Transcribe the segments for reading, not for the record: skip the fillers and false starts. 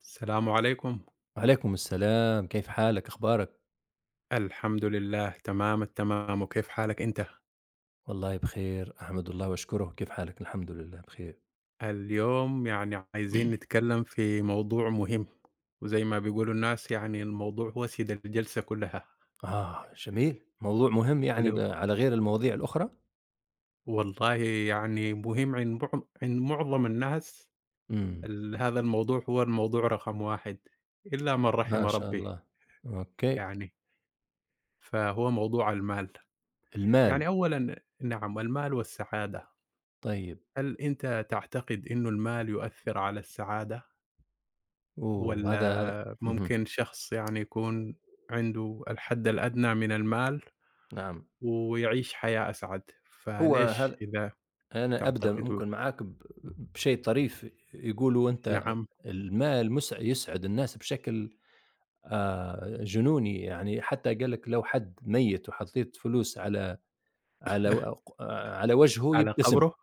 السلام عليكم. وعليكم السلام، كيف حالك؟ أخبارك؟ الحمد لله تمام التمام، وكيف حالك أنت؟ والله بخير، أحمد الله وأشكره، كيف حالك؟ الحمد لله بخير. اليوم يعني عايزين نتكلم في موضوع مهم، وزي ما بيقولوا الناس يعني الموضوع هو سيد الجلسة كلها، آه جميل، موضوع مهم يعني اللي هو على غير المواضيع الأخرى؟ والله يعني مهم عند معظم الناس. إمم، هذا الموضوع هو الموضوع رقم 1 إلا من ما رحم شاء ربي الله، أوكي، يعني، فهو موضوع المال. يعني المال، أولًا نعم، المال والسعادة، طيب، هل أنت تعتقد إنه المال يؤثر على السعادة؟ هذا هذا والّا اهم، ممكن شخص يعني يكون عنده الحد الأدنى من المال، نعم، ويعيش حياة أسعد، هو فليش هذا إذا أنا أبدأ تعتقدوا؟ ممكن معاك بشيء طريف، يقولوا أنت نعم، المال يسعد الناس بشكل جنوني، يعني حتى قال لك لو حد ميت وحطيت فلوس على وجهه على يبتسم، قبره؟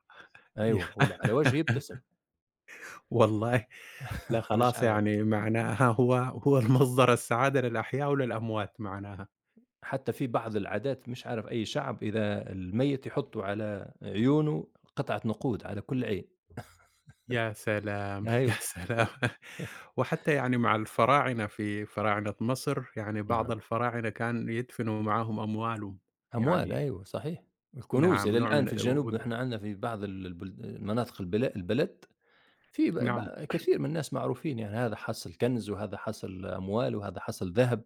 أيوه، واللي على وجهه يبتسم. والله لا، مش خلاص عارف. يعني معناها هو المصدر السعادة للأحياء وللأموات معناها. حتى في بعض العادات مش عارف أي شعب إذا الميت يحطوا على عيونه قطعة نقود على كل عين. يا سلام، يا أيوه، سلام! وحتى يعني مع الفراعنة، في فراعنة مصر، يعني بعض نعم. الفراعنة كان يدفنوا معاهم أموالهم، أموال، يعني أيوه صحيح. الكنوز نعم، إلى نوع الآن من في ال و الجنوب وال إحنا عندنا في بعض ال البل مناطق البلد، في ب نعم. ب كثير من الناس معروفين، يعني هذا حصل كنز وهذا حصل أموال وهذا حصل ذهب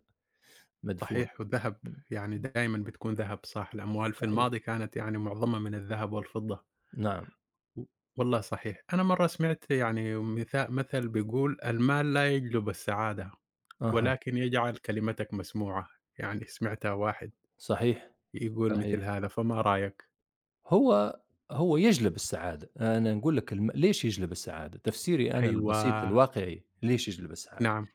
مدفون. صحيح، والذهب، إمم، يعني إمم، دايمًا بتكون ذهب صح، الأموال في صحيح. الماضي كانت يعني معظمها من الذهب والفضة، نعم، و والله صحيح. أنا مرّة سمعت يعني مثل بيقول: "المال لا يجلب السعادة، أها، ولكن يجعل كلمتك مسموعة." يعني سمعتها واحد صحيح، يقول مثل صحيح. هذا، فما رأيك؟ هو هو يجلب السعادة. أنا نقول لك ليش يجلب السعادة؟ تفسيري أنا البسيط أيوه، الواقعي ليش يجلب السعادة؟ نعم،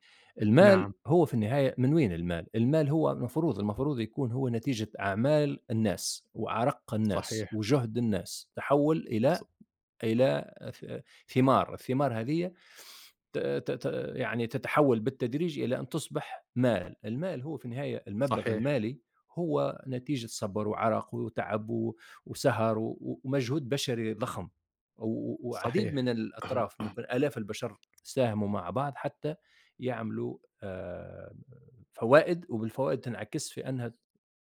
نعم، المال هو في النهاية من وين المال؟ المال هو المفروض يكون هو نتيجة أعمال الناس، وأرق الناس، صحيح، وجهد الناس، تحوّل ص إلى ثمار، الثمار هذية ت ت ت يعني تتحول بالتدريج إلى أن تصبح مال. المال هو في النهاية المبلغ صحيح، المالي هو نتيجة صبر وعرق وتعب وسهر و و- ومجهود بشري ضخم، و و وعديد من صحيح، الأطراف ممكن آلاف البشر ساهموا مع بعض حتى يعملوا آآ فوائد، وبالفوائد تنعكس في أنها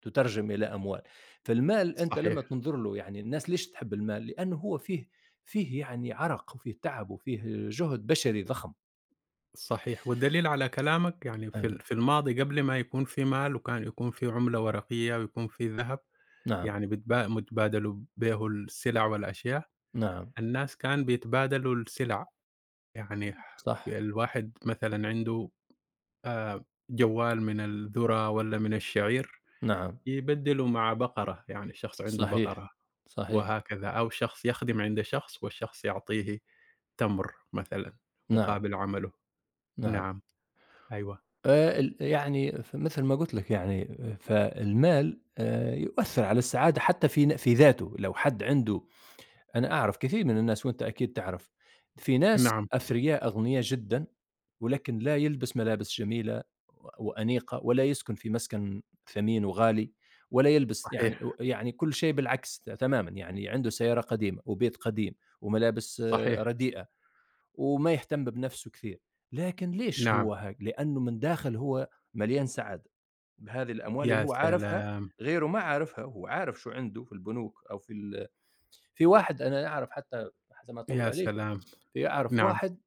تُترجم إلى أموال. فالمال أنت لمّا صحيح. تنظر له، يعني الناس ليش تحب المال؟ لأنه هو فيه يعني عرق وفيه تعب وفيه جهد بشري ضخم. صحيح، والدليل على كلامك يعني في ال أيوه، في الماضي، قبل ما يكون في مال، وكان يكون في عملة ورقية ويكون في ذهب، نعم، يعني بيتبادلوا بيه السلع والأشياء، نعم، الناس كان بيتبادلوا السلع، يعني صح، الواحد مثلًا عنده جوال من الذرة والّا من الشعير، نعم، يبدّله مع بقرة، يعني شخص عنده صحيح، بقرة صحيح، وهكذا، أو شخص يخدم عند شخص والشخص يعطيه تمر مثلًا نعم، مقابل عمله. نعم. نعم، أيوه، ال يعني فمثل ما قُلت لك يعني، فالمال يؤثّر على السعادة حتى في ذاته. لو حد عنده، أنا أعرف كثير من الناس وأنت أكيد تعرف، في ناس نعم، أثرياء أغنياء جدًا، ولكن لا يلبس ملابس جميلة وأنيقة، ولا يسكن في مسكن ثمين وغالي، ولا يلبس يعني صحيح. يعني كل شيء بالعكس تمامًا، يعني عنده سيارة قديمة وبيت قديم وملابس صحيح، رديئة، وما يهتم بنفسه كثير. لكن ليش نعم، هو هيك؟ لأنه من داخل هو مليان سعادة بهذه الأموال اللي يا هو عارفها، سلام! غيره ما عارفها، هو عارف شو عنده في البنوك أو في واحد أنا أعرف، حتى ما أطوّل يا عليك، سلام! في أعرف نعم، واحد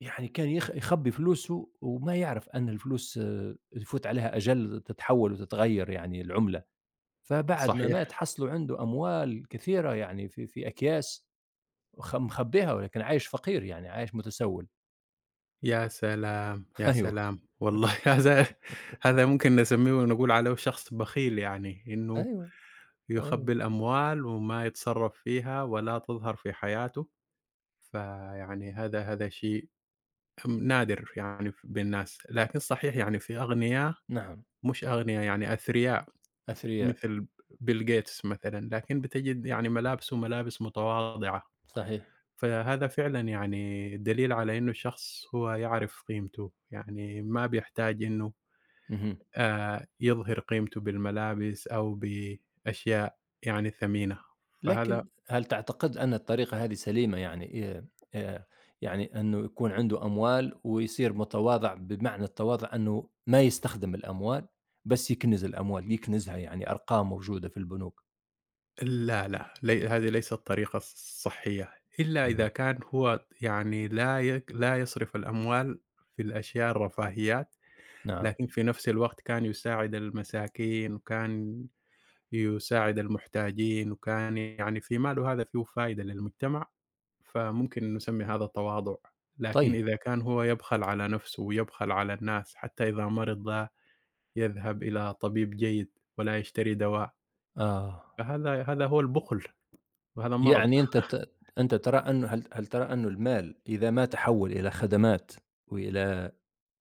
يعني كان يخبّي فلوسه وما يعرف أن الفلوس يفوت عليها أجل تتحوّل وتتغيّر يعني العملة، فبعد ما مات صحيح، حصلوا عنده أموال كثيرة، يعني في أكياس مخبّيها، ولكن عايش فقير يعني عايش متسول. يا سلام! يا أيوه، سلام! والله هذا ممكن نسميه ونقول عليه شخص بخيل يعني، إنه أيوه، أيوه، يخبّي الأموال وما يتصرّف فيها ولا تظهر في حياته، فيعني هذا شيء نادر يعني بين الناس، لكن صحيح يعني في أغنياء، نعم، مش أغنياء يعني أثرياء، أثرياء، مثل bill gates مثلًا، لكن بتجد يعني ملابسه ملابس متواضعة. صحيح. فهذا فعلًا يعني دليل على إنه الشخص هو يعرف قيمته، يعني ما بيحتاج إنه اهم. يظهر قيمته بالملابس أو بأشياء يعني ثمينة، فهذا لكن هل تعتقد أن الطريقة هذه سليمة؟ يعني آآ يعني إنه يكون عنده أموال ويصير متواضع، بمعنى التواضع إنه ما يستخدم الأموال، بس يكنز الأموال، يكنزها يعني أرقام موجودة في البنوك. لا، لا، هذه ليست الطريقة الصحية، إلا اهم. إذا كان هو يعني لا يصرف الأموال في الأشياء الرفاهيات، نعم، لكن في نفس الوقت كان يساعد المساكين وكان يساعد المحتاجين، وكان يعني في ماله هذا فيه فايدة للمجتمع. فممكن نسمي هذا تواضع، لكن طيب. إذا كان هو يبخل على نفسه ويبخل على الناس، حتى إذا مرض لا يذهب إلى طبيب جيد ولا يشتري دواء، آه، فهذا هو البخل، وهذا مرض. يعني أنت ترى أنه، هل ترى أنه المال إذا ما تحول إلى خدمات وإلى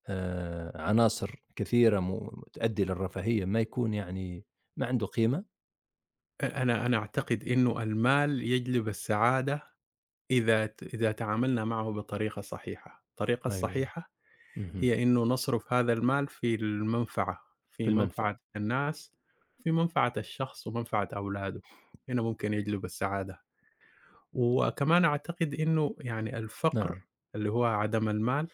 عناصر كثيرة تؤدي للرفاهية، ما يكون يعني ما عنده قيمة؟ أ أنا أنا أعتقد إنه المال يجلب السعادة إذا تعاملنا معه بطريقة صحيحة. الطريقة أيوه، الصحيحة اهم، هي إنه نصرف هذا المال في المنفعة، في في منفعة المنفعة. الناس، في منفعة الشخص ومنفعة أولاده، هنا ممكن يجلب السعادة. وكمان أعتقد إنه يعني نعم، الفقر، اللي هو عدم المال،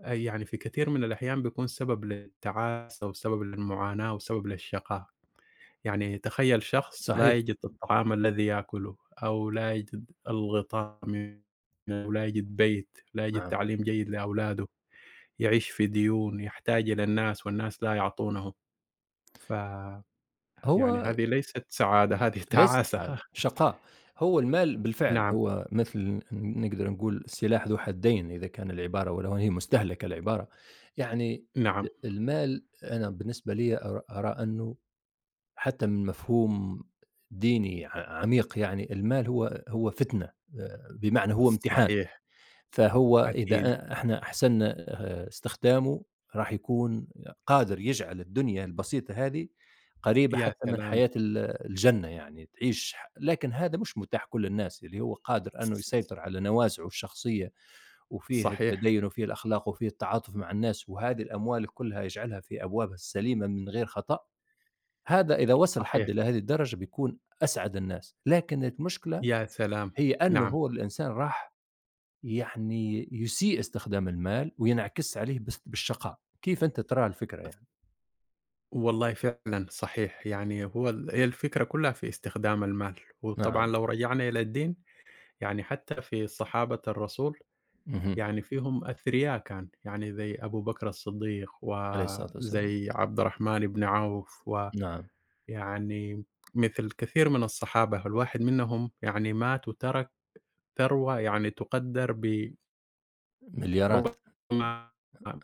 يعني في كثير من الأحيان بيكون سبب للتعاسة وسبب للمعاناة وسبب للشقاء، يعني تخيل شخص لا صحيح، يجد الطعام الذي يأكله، أو لا يجد الغطاء أو لا يجد بيت، لا يجد نعم. تعليم جيد لأولاده، يعيش في ديون، يحتاج إلى الناس والناس لا يعطونه، ف يعني هو هذه ليست سعادة، هذه ليس تعاسة. السعادة، شقاء. هو المال بالفعل نعم، هو مثل نقدر نقول سلاح ذو حدين، إذا كان العبارة ولو هي مستهلكة العبارة. يعني نعم، المال أنا بالنسبة لي أرى أنه حتى من مفهوم ديني عميق، يعني المال هو فتنة، بمعنى هو امتحان. صحيح، فهو إذا أكيد، إحنا أحسننا استخدامه، راح يكون قادر يجعل الدنيا البسيطة هذه قريبة يا حتى من سلام! حياة الجنة، يعني تعيش لكن هذا مش متاح كل الناس، اللي هو قادر أنه يسيطر ص على نوازعه الشخصية وفيه صحيح، التدين وفيه الأخلاق وفيه التعاطف مع الناس، وهذه الأموال كلها يجعلها في أبوابها السليمة من غير خطأ. هذا إذا وصل حد صحيح، إلى هذه الدرجة بيكون أسعد الناس. لكن المشكلة يا سلام! هي أنه نعم، هو الإنسان راح يعني يسيء استخدام المال وينعكس عليه بس بالشقاء. كيف أنت ترى الفكرة يعني؟ والله فعلًا صحيح، يعني هو، هي الفكرة كلها في استخدام المال، وطبعًا نعم، لو رجعنا إلى الدين، يعني حتى في صحابة الرسول، اهم، يعني فيهم أثرياء كان، يعني زي أبو بكر الصديق، عليه الصلاة والسلام، وزي عبد الرحمن بن عوف، نعم، ويعني مثل كثير من الصحابة، الواحد منهم يعني مات وترك ثروة يعني تُقدّر مليارات، بربما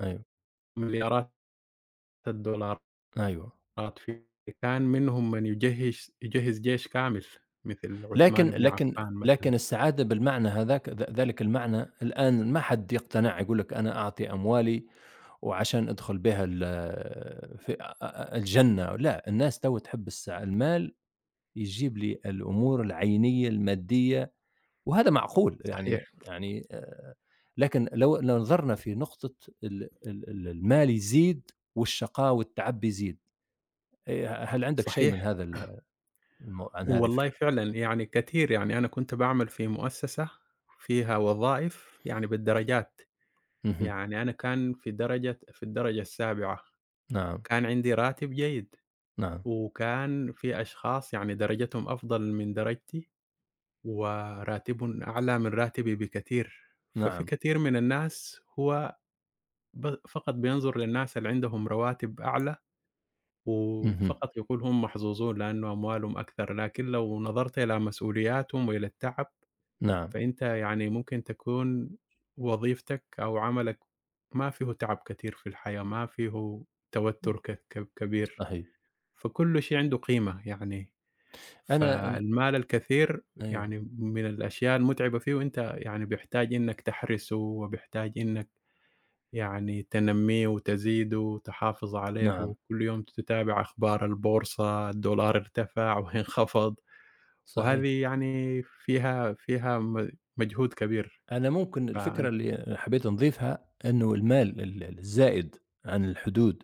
أيوه، مليارات الدولارات. أيوه. آه، في كان منهم من يجهّز جيش كامل مثل لكن عثمان بن لكن عفان لكن مثلًا. السعادة بالمعنى هذاك، ذلك المعنى الآن ما حد يقتنع، يقول لك أنا أعطي أموالي وعشان أدخل بها في أ أ الجنة. لأ، الناس تحب المال يجيب لي الأمور العينية المادية، وهذا معقول صحيح، لكن لو نظرنا في نقطة ال ال ال المال يزيد والشقاء والتعب بيزيد، هل عندك شيء من صحيح. هذا ال المو عن هذه والله الفكرة؟ فعلًا يعني كتير، يعني أنا كنت باعمل في مؤسسة فيها وظائف يعني بالدرجات، اهم، يعني أنا كان في الدرجة السابعة، نعم، كان عندي راتب جيد، نعم، وكان في أشخاص يعني درجتهم أفضل من درجتي، وراتبهم أعلى من راتبي بكتير، ففي نعم، كثير من الناس هو فقط بينظر للناس اللي عندهم رواتب أعلى، اهم، وفقط يقول هم محظوظون لأنه أموالهم أكثر، لكن لو نظرت إلى مسؤولياتهم وإلى التعب، نعم، فأنت يعني ممكن تكون وظيفتك أو عملك ما فيه تعب كتير في الحياة، ما فيه توتر ك ك كبير، صحيح. فكل شيء عنده قيمة يعني، أنا فالمال الكثير أيوه، يعني من الأشياء المتعبة فيه، وأنت يعني بيحتاج إنك تحرسه وبيحتاج إنك يعني تنمّيه وتزيده، تحافظ عليه، نعم، وكل يوم تتابع أخبار البورصة، الدولار ارتفع وانخفض، صحيح. وهذه يعني فيها مجهود كبير، أنا ممكن الفكرة فأنت اللي حبيت نضيفها إنه المال ال ال الزائد عن الحدود،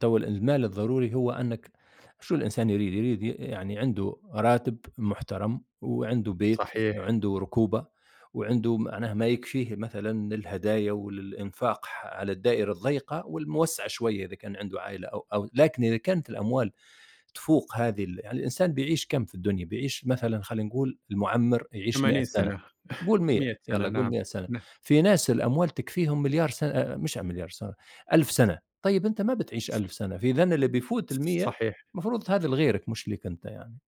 المال الضروري هو أنك، شو الإنسان يريد؟ يريد، يعني عنده راتب محترم وعنده بيت صحيح، وعنده ركوبة وعنده معناها ما يكفيه مثلًا للهدايا وللإنفاق على الدائرة الضيقة والموسعة شوية إذا كان عنده عائلة، أو لكن إذا كانت الأموال تفوق هذه يعني الإنسان بيعيش كم في الدنيا؟ بيعيش مثلًا، خلينا نقول المُعمّر يعيش 100 80 سنة، سنة، قُل 100 100 يالّا سنة قُل نعم، 100 سنة، ن في ناس الأموال تكفيهم مليار سنة، مش مليار سنة، 1000 سنة. طيب أنت ما بتعيش 1000 سنة، فإذًا اللي بيفوت ال100 صحيح، المفروض هذا لغيرك مش ليك أنت يعني.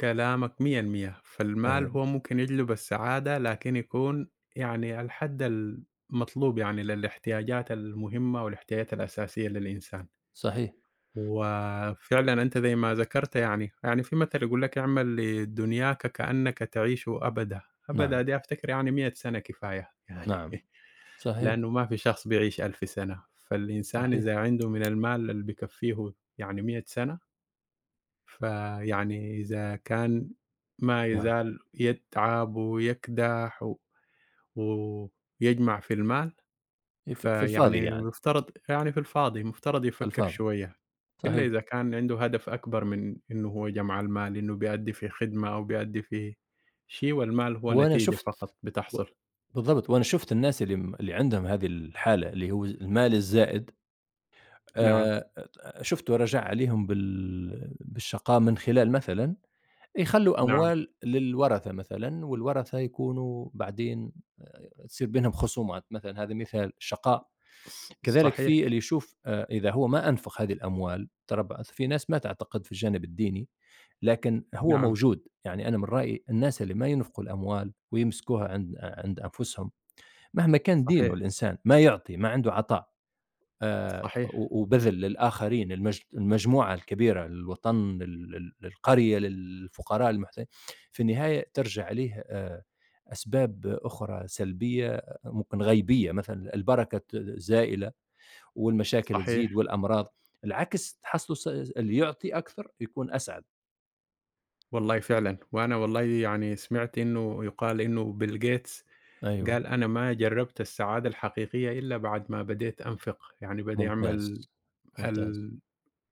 كلامك 100% فالمال أيوه، هو ممكن يجلب السعادة، لكن يكون يعني على الحد المطلوب، يعني للاحتياجات المهمة والاحتياجات الأساسية للإنسان. صحيح، وفعلًا أنت زي ما ذكرت يعني، يعني في مثل يقول لك: "اعمل لدنياك كأنك تعيش أبدًا." نعم، أبدًا دي أفتكر يعني 100 سنة كفاية يعني، نعم، صحيح، لأنه ما في شخص بيعيش 1000 سنة، فالإنسان صحيح، إذا عنده من المال اللي بيكفّيه يعني 100 سنة، فيعني إذا كان ما نعم. يزال يتعب ويكدح و ويجمع في المال، في الفاضي فيعني يعني، مفترض يعني في الفاضي، مفترض في يفكّر الفاضي، شوية، إلا صحيح. إذا كان عنده هدف أكبر من إنه هو جمع المال، إنه بيأدّي في خدمة أو بيأدّي في شيء والمال هو وأنا نتيجة شُفت، فقط و بتحصل. بالضبط، وأنا شُفت الناس اللي م اللي عندهم هذه الحالة، اللي هو المال الزائد، نعم، آآ شُفت رجاء عليهم بالشقاء من خلال مثلًا يخلّوا نعم، أموال للورثة مثلًا، والورثة يكونوا بعدين تصير بينهم خصومات مثلًا، هذا مثال الشقاء. ص كذلك صحيح، في اللي يشوف إذا هو ما أنفق هذه الأموال، ترى في ناس ما تعتقد في الجانب الديني، لكن هو نعم، موجود. يعني أنا من رأيي الناس اللي ما ينفقوا الأموال ويمسكوها عند أنفسهم، مهما كان دينه، صحيح، الإنسان ما يعطي، ما عنده عطاء، صحيح، و وبذل للآخرين، المجموعة الكبيرة، للوطن، لل لل للقرية، للفقراء في النهاية ترجع عليه أسباب أخرى سلبية، ممكن غيبية، مثلًا البركة زائلة والمشاكل تزيد صحيح، والأمراض، العكس تحصلوا، اللي يعطي أكثر يكون أسعد. والله فعلًا، وأنا والله يعني سمعت إنه يُقال إنه بيل غيتس أيوه، قال: "أنا ما جرّبت السعادة الحقيقية إلا بعد ما بديت أنفق." يعني بدأ ممتاز، يعمل ممتاز،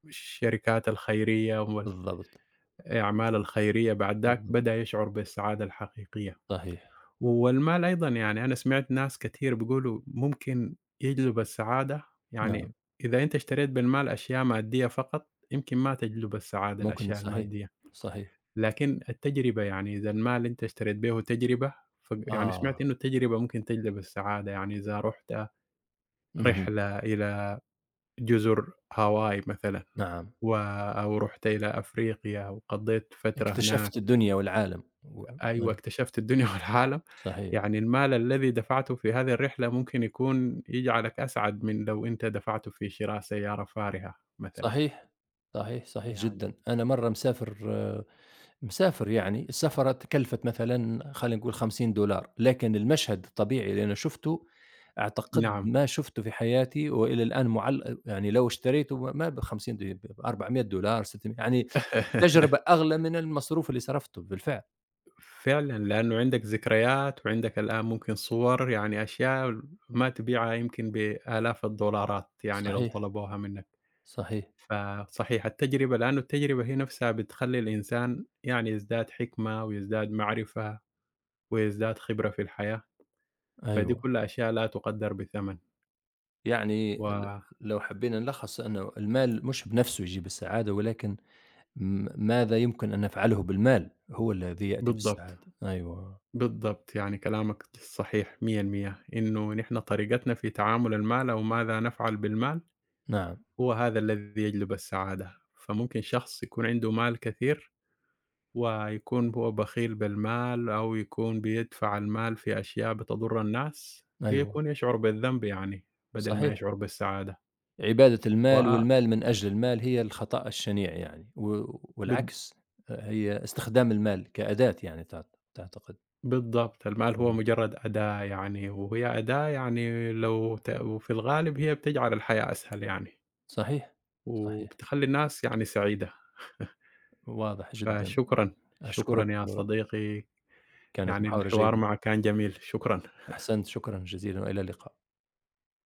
الشركات الخيرية و بالضبط، الأعمال الخيرية، بعد ذاك بالضبط، بدأ يشعر بالسعادة الحقيقية. صحيح، والمال أيضًا يعني أنا سمعت ناس كتير بيقولوا ممكن يجلب السعادة، نعم، يعني إذا أنت اشتريت بالمال أشياء مادية فقط، يمكن ما تجلب السعادة ممكن الأشياء صحيح، المادية، صحيح، لكن التجربة، يعني إذا المال أنت اشتريت به تجربة، يعني سمعت آه، إنه التجربة ممكن تجلب السعادة، يعني إذا رُحت اهم، رحلة إلى جزر هاواي مثلًا، نعم. أو رُحت إلى أفريقيا وقضيت فترة هناك. اكتشفت الدنيا والعالم أيوه، أيوه، اكتشفت الدنيا والعالم، صحيح، يعني المال الذي دفعته في هذه الرحلة ممكن يكون يجعلك أسعد من لو أنت دفعته في شراء سيارة فارهة مثلًا. صحيح، صحيح، صحيح جدًا. يعني أنا مرّة مسافر، مسافر يعني، السفرة كلفت مثلًا، خلينا نقول $50، لكن المشهد الطبيعي اللي أنا شُفته أعتقد نعم. ما شُفته في حياتي، وإلى الآن يعني لو اشتريته ما ما ب50 ب$400 $600 يعني. التجربة أغلى من المصروف اللي صرفته بالفعل. فعلًا، لأنه عندك ذكريات وعندك الآن ممكن صور، يعني أشياء ما تبيعها يمكن بآلاف الدولارات يعني لو صحيح، طلبوها منك. صحيح، فصحيح التجربة، لأنه التجربة هي نفسها بتخلّي الإنسان يعني يزداد حكمة ويزداد معرفة ويزداد خبرة في الحياة. فدي أيوه. كلّها أشياء لا تُقدّر بثمن. يعني و لو حبينا نلخّص أنه المال مش بنفسه يجيب السعادة، ولكن ماذا يمكن أن نفعله بالمال هو الذي يأتي بالضبط، بالسعادة. أيوه، بالضبط، يعني كلامك صحيح 100% إنه نحن طريقتنا في تعامل المال أو ماذا نفعل بالمال، نعم، هو هذا الذي يجلب السعادة، فممكن شخص يكون عنده مال كثير ويكون هو بخيل بالمال أو يكون بيدفع المال في أشياء بتضُر الناس، أيوه، بيكون يشعر بالذنب يعني بدل ما صحيح. يشعر بالسعادة، عبادة المال، و والمال من أجل المال، هي الخطأ الشنيع يعني، و بال والعكس هي استخدام المال كأداة يعني تعت تعتقد. بالضبط، المال هو اهم. مجرّد أداة يعني، وهي أداة يعني لو ت وفي الغالب هي بتجعل الحياة أسهل يعني، صحيح، صحيح، وبتخلّي الناس يعني سعيدة، واضح جدًا. فشكرًا، أشكرك، شكرًا يا صديقي، كانت يعني محاورة الحوار جيدة. معك كان جميل، شكرًا. أحسنت، شكرًا جزيلًا وإلى اللقاء.